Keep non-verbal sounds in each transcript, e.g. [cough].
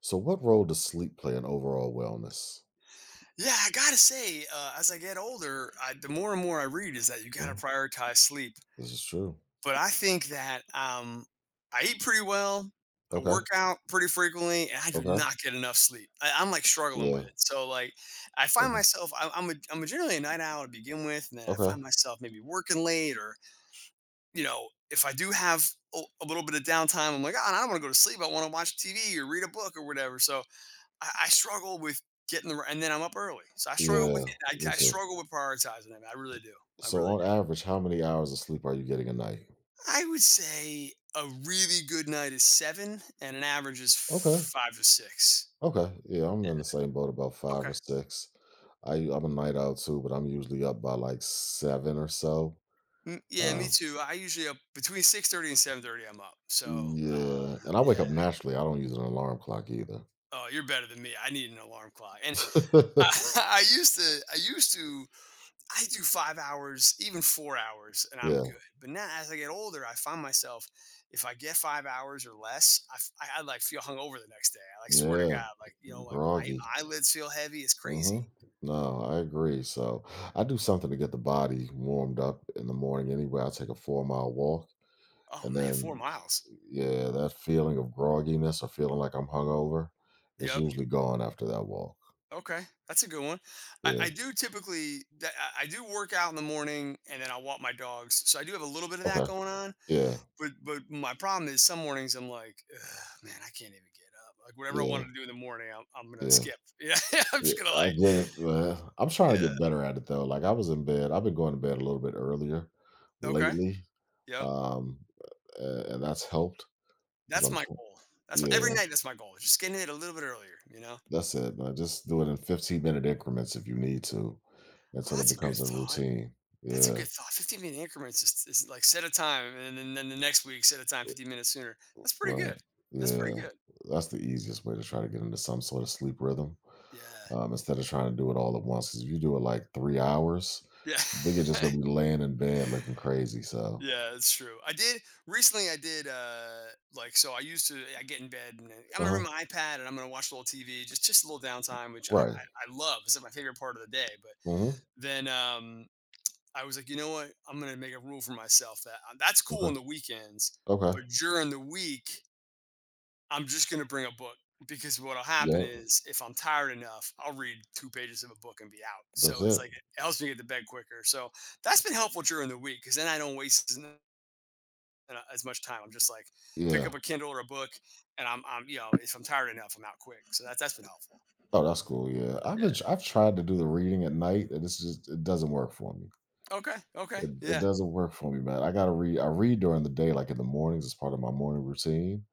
So, what role does sleep play in overall wellness? Yeah, I gotta say, as I get older, the more and more I read is that you gotta Well, prioritize sleep. this is true. But I think that I eat pretty well, I Okay. work out pretty frequently, and I do Okay. not get enough sleep. I'm like struggling with Yeah. it. So like, I find Okay. myself I'm a generally a night owl to begin with, and then I Okay. find myself maybe working late, or you know, if I do have a little bit of downtime, I'm like, oh, I don't want to go to sleep. I want to watch TV or read a book or whatever. So I struggle with getting the and then I'm up early, so I struggle with Yeah. it. Me I too. struggle with prioritizing it. I really do. I So, really on do. average, how many hours of sleep are you getting a night? I would say a really good night is seven, and an average is Okay. five to six. Okay. Yeah, I'm Yeah. in the same boat about five Okay. or six. I'm a night owl too, but I'm usually up by like seven or so. Mm, yeah, me Uh, too. I usually up between 6:30 and 7:30. I'm up. So yeah. And I wake yeah. up naturally. I don't use an alarm clock either. Oh, you're better than me. I need an alarm clock, and I, [laughs] [laughs] I used to. I used to. I do 5 hours, even 4 hours, and I'm good. Yeah. But now, as I get older, I find myself if I get 5 hours or less, I, like feel hungover the next day. I like swear to Yeah. God, like you know, like my Groggy. eyelids feel heavy. It's Hmm. crazy. No, I agree. So I do something to get the body warmed up in the morning anyway. I take a 4-mile walk Oh and man, four then miles. yeah, that feeling of grogginess or feeling like I'm hungover is Yep. usually gone after that walk. Okay, that's a good one. Yeah. I do I do work out in the morning and then I walk my dogs, so I do have a little bit of that Okay. going on. Yeah. But my problem is some mornings I'm like, "Ugh, man, I can't even get up. Like whatever I wanted Yeah. to do in the morning, I'm gonna Yeah. skip. [laughs] Yeah, I'm Yeah, just gonna I like, get it, man. I'm trying to yeah, get better at it though. Like I was in bed. I've been going to bed a little bit earlier okay, lately. yep. Um, and that's helped because That's I'm my trying. goal. That's my, Yeah, every night. That's my goal. Just getting it a little bit earlier. You know. that's it, man. Just do it in 15-minute increments if you need to Oh, until it that's a good becomes a thought. routine. That's a Yeah, good thought. 15-minute increments is like set a time, and then the next week set a time 15 minutes sooner. That's pretty right. good. That's Yeah. pretty good. That's the easiest way to try to get into some sort of sleep rhythm, Yeah. Instead of trying to do it all at once, because if you do it, like, 3 hours, Yeah. then you're just gonna be laying in bed [laughs] looking crazy, so. Yeah, it's true. I did recently. I did I used to. I get in bed and I'm gonna bring Uh-huh. my iPad and I'm gonna watch a little TV, just a little downtime, which Right. I love. It's like my favorite part of the day. But Mhm. then I was like, you know what? I'm gonna make a rule for myself that that's cool on Okay. the weekends, Okay. but during the week I'm just gonna bring a book because what'll happen Yep. is if I'm tired enough, I'll read 2 pages of a book and be out. That's So it's it. like it helps me get to bed quicker. So that's been helpful during the week because then I don't waste as much time. I'm just like, pick up Yeah. a Kindle or a book, and I'm, you know, if I'm tired enough, I'm out quick. So that's been helpful. Oh, that's cool, yeah. I've Yeah. been I've tried to do the reading at night, and it's just it doesn't work for me. Okay. Okay. It Yeah. doesn't work for me, man. I gotta read. I read during the day, like in the mornings, as part of my morning routine.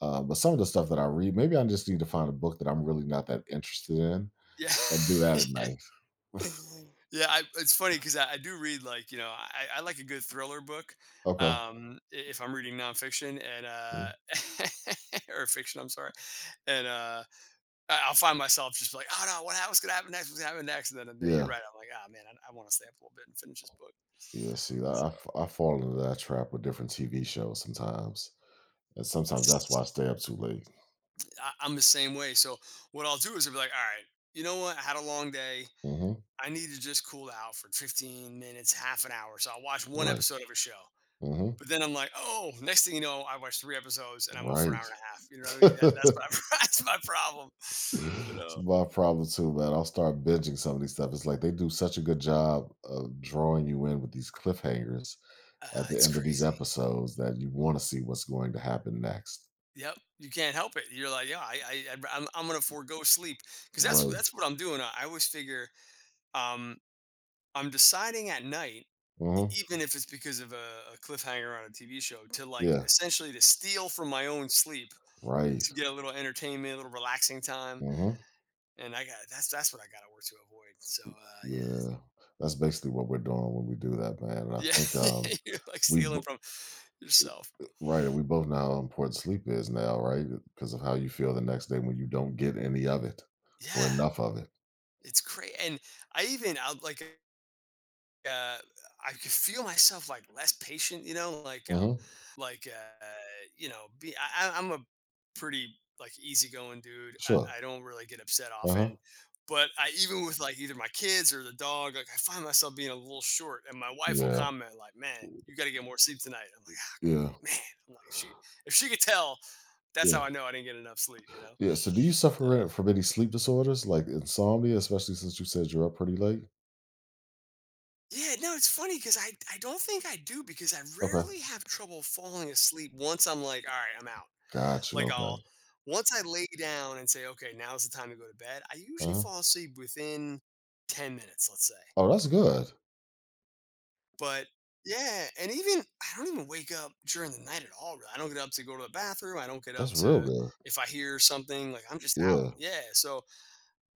But some of the stuff that I read, maybe I just need to find a book that I'm really not that interested in Yeah. and do that at night. [laughs] Yeah. It's funny because I do read like you know I like a good thriller book, Okay. If I'm reading nonfiction and Mm. [laughs] or fiction, I'm sorry, and I'll find myself just like, oh no, what's gonna happen next? What's gonna happen next? And then you're Yeah. right. I'm like, ah man, I want to stay up a little bit and finish this book. Yeah. See, I fall into that trap with different TV shows sometimes, and sometimes that's why I So. stay up too late. I'm the same way. So what I'll do is I'll be like, all right, you know what? I had a long day. Hmm. I need to just cool out for 15 minutes, half an hour. So I'll watch one Right. episode of a show. Hmm. But then I'm like, oh, next thing you know, I watched three episodes and I'm up for an Right. hour and a half. You know what I mean? That's my [laughs] [laughs] that's my problem. You It's know, my problem too, man. I'll start binging some of these stuff. It's like they do such a good job of drawing you in with these cliffhangers uh, at the it's end of these crazy. episodes that you want to see what's going to happen next. Yep, you can't help it. You're like, yeah, I'm gonna forego sleep because Right. that's what I'm doing. I always figure, um, I'm deciding at night, Mhm. even if it's because of a cliffhanger on a TV show, to like Yeah. essentially to steal from my own sleep Right. to get a little entertainment, a little relaxing time. Mhm. And I got that's what I got to work to avoid. So Yeah. That's basically what we're doing when we do that, man. And I yeah, think yeah, [laughs] you're like we stealing bo- from yourself. right, we both know how important sleep is now, right? Because of how you feel the next day when you don't get any of it or Yeah, enough of it. it's crazy. And I like uh, I could feel myself like less patient, you know, like Mhm. like uh, you know, I'm a pretty like easygoing dude. Sure. I don't really get upset Uh-huh. often, but I even with like either my kids or the dog, like I find myself being a little short. And my wife will Yeah. comment like, "Man, you got to get more sleep tonight." I'm like, "Ah, Yeah. man," I'm like, "She if she could tell, that's Yeah. how I know I didn't get enough sleep," you know. Yeah. So do you Uh, suffer from any sleep disorders like insomnia, especially since you said you're up pretty late? Yeah, no, it's funny because I don't think I do because I Okay. rarely have trouble falling asleep once I'm like, "All right, I'm out." Got you. Like, I'll Okay. once I lay down and say, "Okay, now's the time to go to bed," I usually Uh-huh. fall asleep within 10 minutes, let's say. Oh, that's good. But yeah, and even I don't even wake up during the night at all, really. I don't get up to go to the bathroom. I don't get up That's real to good. if I hear something, like, I'm just out. Yeah. [laughs] Yeah, so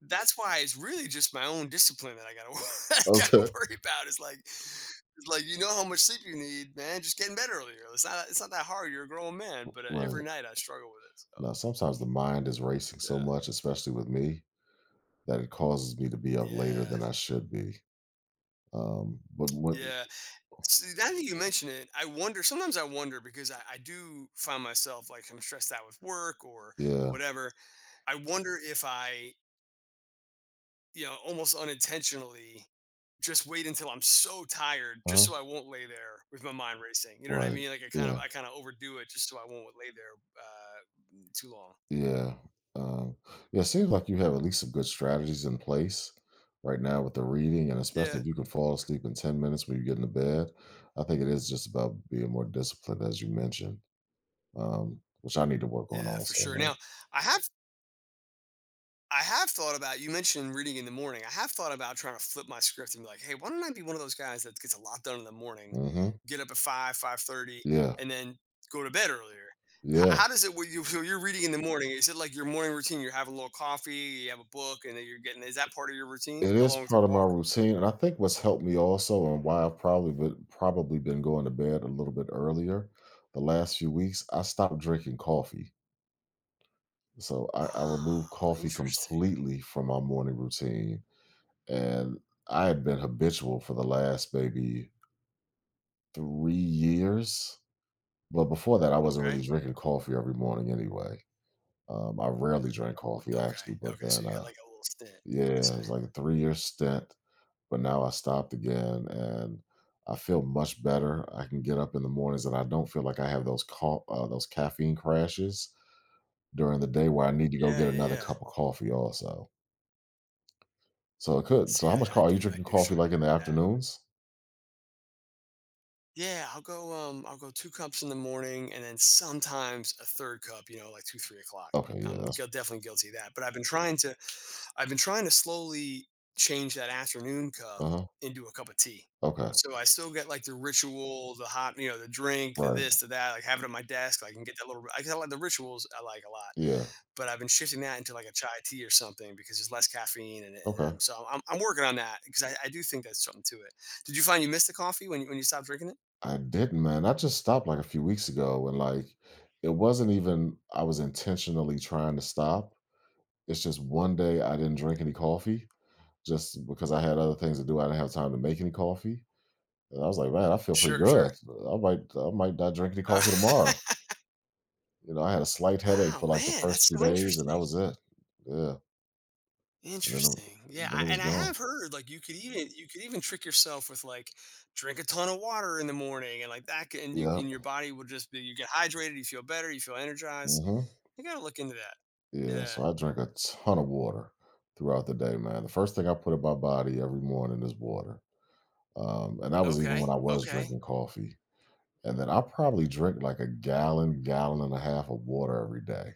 that's why it's really just my own discipline that I gotta [laughs] I Okay. gotta worry about. Is like it's like, you know how much sleep you need, man. Just getting bed earlier. It's not that hard. You're a grown man, but Right. every night I struggle with Now, sometimes the mind is racing it. so So much, especially with me, that it causes me to be up later yeah, than I should be. But yeah, when, yeah. See, now that you mention it, I wonder. Sometimes I wonder because I do find myself like I'm stressed out with work or yeah, whatever. I wonder if I you know, almost unintentionally just wait until I'm so tired just uh-huh. so I won't lay there with my mind racing. You know what I Right. mean? Yeah. I kind of overdo it just so I won't lay there too long. Yeah. Um, yeah. It seems like you have at least some good strategies in place right now with the reading, and especially Yeah, if you can fall asleep in 10 minutes when you get into bed. I think it is just about being more disciplined, as you mentioned, which I need to work on yeah, for also, sure. man. Now I have I have thought about you mentioned reading in the morning. I have thought about trying to flip my script and be like, "Hey, why don't I be one of those guys that gets a lot done in the morning, Mm-hmm. get up at 5, 5:30 Yeah. and then go to bed earlier." H- Yeah, how does it when you so you're reading in the morning, is it like your morning routine, you're having a little coffee, you have a book and then you're getting is that part of your routine it is along with part your of my walk? routine, and I think what's helped me also, and why I've probably been going to bed a little bit earlier the last few weeks, I stopped drinking coffee. So I removed Ah, coffee interesting. completely from my morning routine, and I had been habitual for the last maybe 3 years. But before that, I wasn't Okay. really drinking coffee every morning anyway. I rarely drank coffee Okay. actually, but Okay. So then, you had like a little stint, I would yeah, it say. was like a 3-year stint but now I stopped again and I feel much better. I can get up in the mornings and I don't feel like I have those caffeine crashes during the day where I need to go Yeah, get yeah, another yeah. cup of coffee also. So it could. See, So how much I coffee are you do drinking coffee like struggle in the with that. afternoons? Yeah, I'll go. I'll go 2 cups in the morning, and then sometimes a third cup. You know, like two, 3 o'clock. Okay, yeah, that's Definitely guilty of that. But I've been trying to. I've been trying to slowly change that afternoon cup uh-huh. into a cup of tea. Okay. So I still get like the ritual, the hot, you know, the drink, the Right. this, the that. Like have it on my desk. I can get that little. I can like the rituals. I like a lot. Yeah. But I've been shifting that into like a chai tea or something because there's less caffeine, Okay. and so I'm working on that because I do think that's something to it. Did you find you missed the coffee when when you stopped drinking it? I didn't, man. I just stopped like a few weeks ago and like it wasn't even I was intentionally trying to stop. It's just one day I didn't drink any coffee just because I had other things to do. I didn't have time to make any coffee. And I was like, man, I feel pretty Sure, sure. good. I might not drink any Uh, coffee tomorrow. [laughs] I had a slight headache Oh, for like the man, first that's two so days, and that interesting. was it. Yeah, and then, Interesting. Yeah, then I it was and I gone. have heard, like, you could even trick yourself with, like, drink a ton of water in the morning and, like, that can and you Yeah. and your body will just be you get hydrated, you feel better, you feel energized. Hmm. You gotta look into that. Yeah. Yeah. So I drink a ton of water throughout the day, man. The first thing I put in my body every morning is water. And that was even Okay, when I was okay. drinking coffee. And then I probably drink like a gallon, gallon and a half of water every day.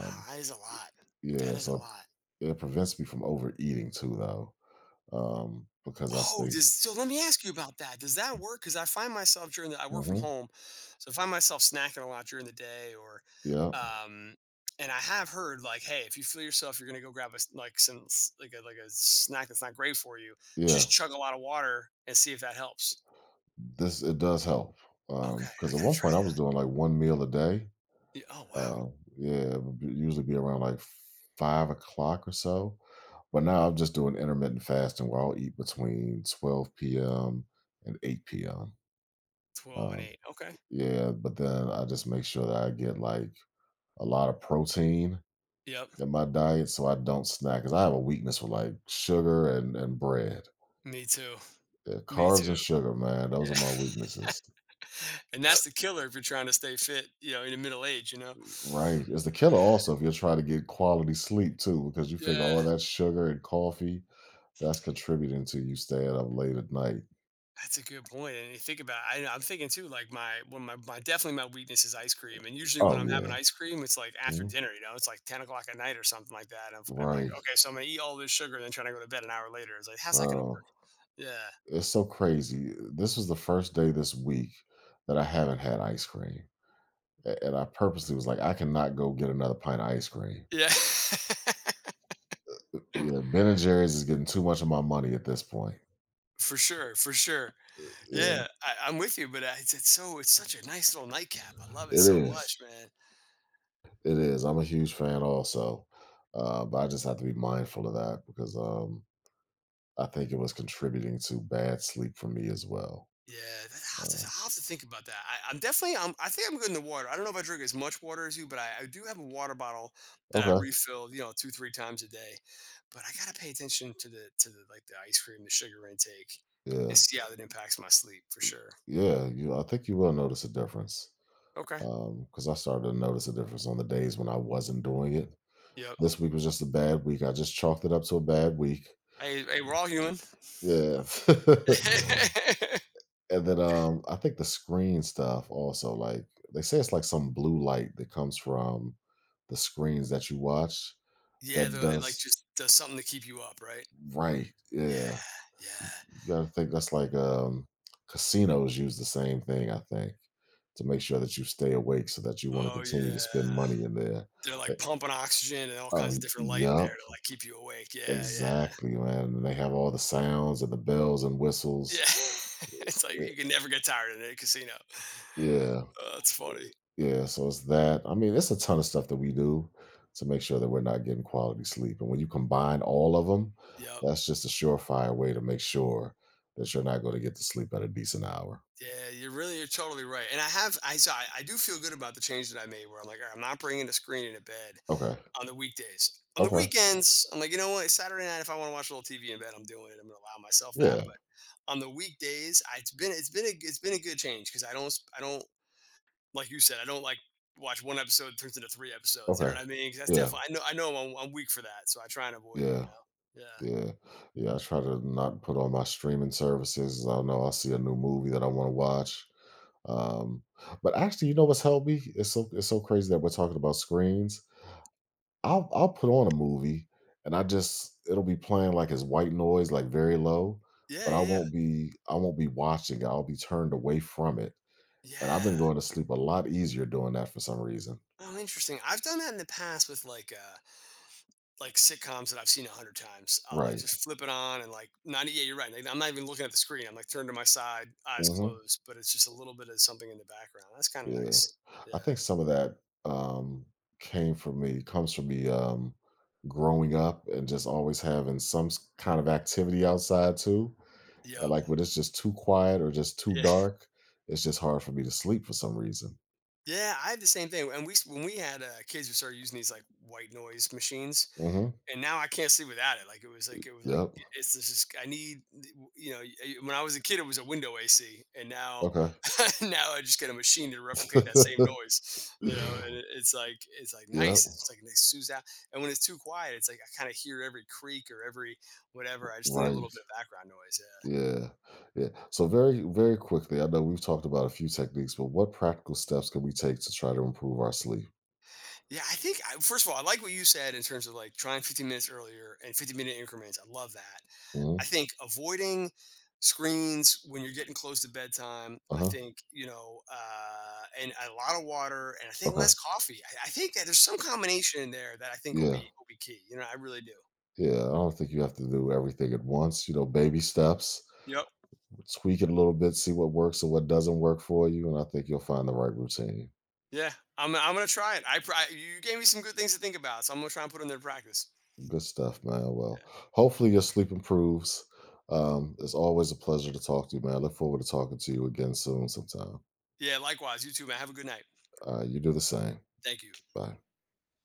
Ah, that is a lot. That Yeah, is a so lot. it prevents me from overeating too, though, because I Oh, stay. does so let me ask you about that. Does that work? Because I find myself during the I work from Hmm. home, so I find myself snacking a lot during the day, or Yeah, um, and I have heard like, hey, if you feel yourself, you're gonna go grab a s- like some s- like a snack that's not great for you. yeah. Just chug a lot of water and see if that helps. This it does help Okay, I because at gotta one try point I was doing like one meal a day. that. Yeah, oh wow, Uh, yeah, it would usually be around like 5 o'clock or so. But now I'm just doing intermittent fasting where I'll eat between 12 p.m. and 8 p.m. 12 and Um, eight. Okay. yeah, but then I just make sure that I get like a lot of protein Yep. in my diet so I don't snack because I have a weakness for like sugar and bread. Me too. Yeah, Me carbs and too. sugar, man, those are Yeah. my weaknesses. [laughs] And that's the [laughs] killer if you're trying to stay fit, in the middle age. Right. It's the killer Yeah. also if you're trying to get quality sleep too, because you figure all Yeah. that sugar and coffee, that's contributing to you staying up late at night. That's a good point, and you think about I'm thinking too, like, my when my definitely my weakness is ice cream, and usually when Oh I'm having yeah. ice cream, it's, like, after Mhm. dinner, you know? It's, like, 10 o'clock at night or something like that, I'm like, Right. "Okay, so I'm gonna eat all this sugar and then try to go to bed an hour later." It's like, "How's that gonna work?" Bro. Yeah. It's so crazy. This was the first day this week that I haven't had ice cream. And I purposely was like, I cannot go get another pint of ice cream. Yeah. [laughs] Yeah, Ben and Jerry's is getting too much of my money at this point. For sure, for sure. Yeah, Yeah, I'm with you, but, it's so it's such a nice little nightcap, I love it it so is. much, man. It is. I'm a huge fan also, but I just have to be mindful of that because I think it was contributing to bad sleep for me as well. Yeah, that I have to Uh, I have to think about that. I think I'm good in the water. I don't know if I drink as much water as you, but I do have a water bottle that I okay. refill, you know, two three times a day. But I gotta pay attention to the like the ice cream, the sugar intake, and Yeah. see how that impacts my sleep for sure. Yeah. You. I think you will notice a difference Okay. because I started to notice a difference on the days when I wasn't doing it. Yep. This week was just a bad week. I just chalked it up to a bad week. Hey, hey, we're all human. Yeah. [laughs] [laughs] And then I think the screen stuff also, like they say it's like some blue light that comes from the screens that you watch Yeah, that the it, like, does. just does something to keep you up, right? Right. Yeah, Yeah, yeah. you gotta think that's like casinos use the same thing. I think, to make sure that you stay awake so that you want to Oh continue to yeah. spend money in there. They're like Like, pumping oxygen and all oh, kinds of different light in there yep, to like keep you awake. Yeah, yeah. exactly, man. And they have all the sounds and the bells and Yeah. whistles. [laughs] It's like Y- you can never get tired in a casino. Yeah. Oh, that's funny. Yeah, so it's that. I mean, it's a ton of stuff that we do to make sure that we're not getting quality sleep. And when you combine all of them, Yep. that's just a surefire way to make sure that you're not going to get to sleep at a decent hour. Yeah, you're totally right. And I have I so I do feel good about the change that I made where I'm like, "All right, I'm not bringing a screen into bed Okay. on the weekdays. On the Okay. weekends, I'm like, you know what? Saturday night, if I want to watch a little TV in bed, I'm doing it. I'm gonna allow myself that. But Yeah. on the weekdays, it's been a good change because I don't, like you said, I don't, like, watch one episode turns into three episodes. You know Okay. what I mean? 'Cause that's Yeah. definitely I know I'm weak for that, so I try and avoid it. You Yeah. know? Yeah. Yeah. Yeah. I try to not put on my streaming services. I don't know. I see a new movie that I want to watch. Um, but actually, you know what's helped me? It's so crazy that we're talking about screens. I'll put on a movie and I just it'll be playing like as white noise, like very low, Yeah, but I yeah, yeah. won't be I won't be watching it. I'll be turned away from it. And I've Yeah. been going to sleep a lot easier doing that for some reason. Oh, interesting. I've done that in the past with like sitcoms that I've seen 100 times. I'll, like, Right. just flip it on and, like, not, yeah, you're right. Like, I'm not even looking at the screen. I'm, like, turned to my side, eyes Hmm. closed, but it's just a little bit of something in the background. That's kind of Yeah. nice. Yeah. I think some of that um comes from me growing up and just always having some kind of activity outside too. And Yep. like when it's just too quiet or just too Yeah. [laughs] dark, it's just hard for me to sleep for some reason. Yeah, I had the same thing. And when we had kids, we started using these like white noise machines. Hmm. And now I can't sleep without it. Like it was like Yep. it's just I need, when I was a kid it was a window AC, and now Okay. [laughs] now I just got a machine to replicate that same [laughs] noise, you know, and it's like nice, Yep, it's like nice, soothes out. And when it's too quiet it's like I kind of hear every creak or every whatever. I just need a little right. bit of background noise. Yeah, Yeah, yeah. So very, very quickly, I know we've talked about a few techniques, but what practical steps can we take to try to improve our sleep? yeah, I think first of all I like what you said in terms of like trying 15 minutes earlier and 15-minute increments. I love that. Hmm. I think avoiding screens when you're getting close to bedtime. I Uh-huh. think, and a lot of water, and I think Okay. less coffee. I think that there's some combination in there that I think will Yeah. be will be key. You know, I really do. Yeah. I don't think you have to do everything at once. You know, baby steps, Yep. tweak it a little bit, see what works and what doesn't work for you, and I think you'll find the right routine. Yeah, I'm gonna try it. You gave me some good things to think about, so I'm gonna try and put them into practice. Good stuff, man. Well, hopefully your sleep improves. It's always a pleasure to talk to you, man. I look forward to talking to you again soon sometime. Yeah, likewise. You too, man. Have a good night. You do the same. Thank you. Bye.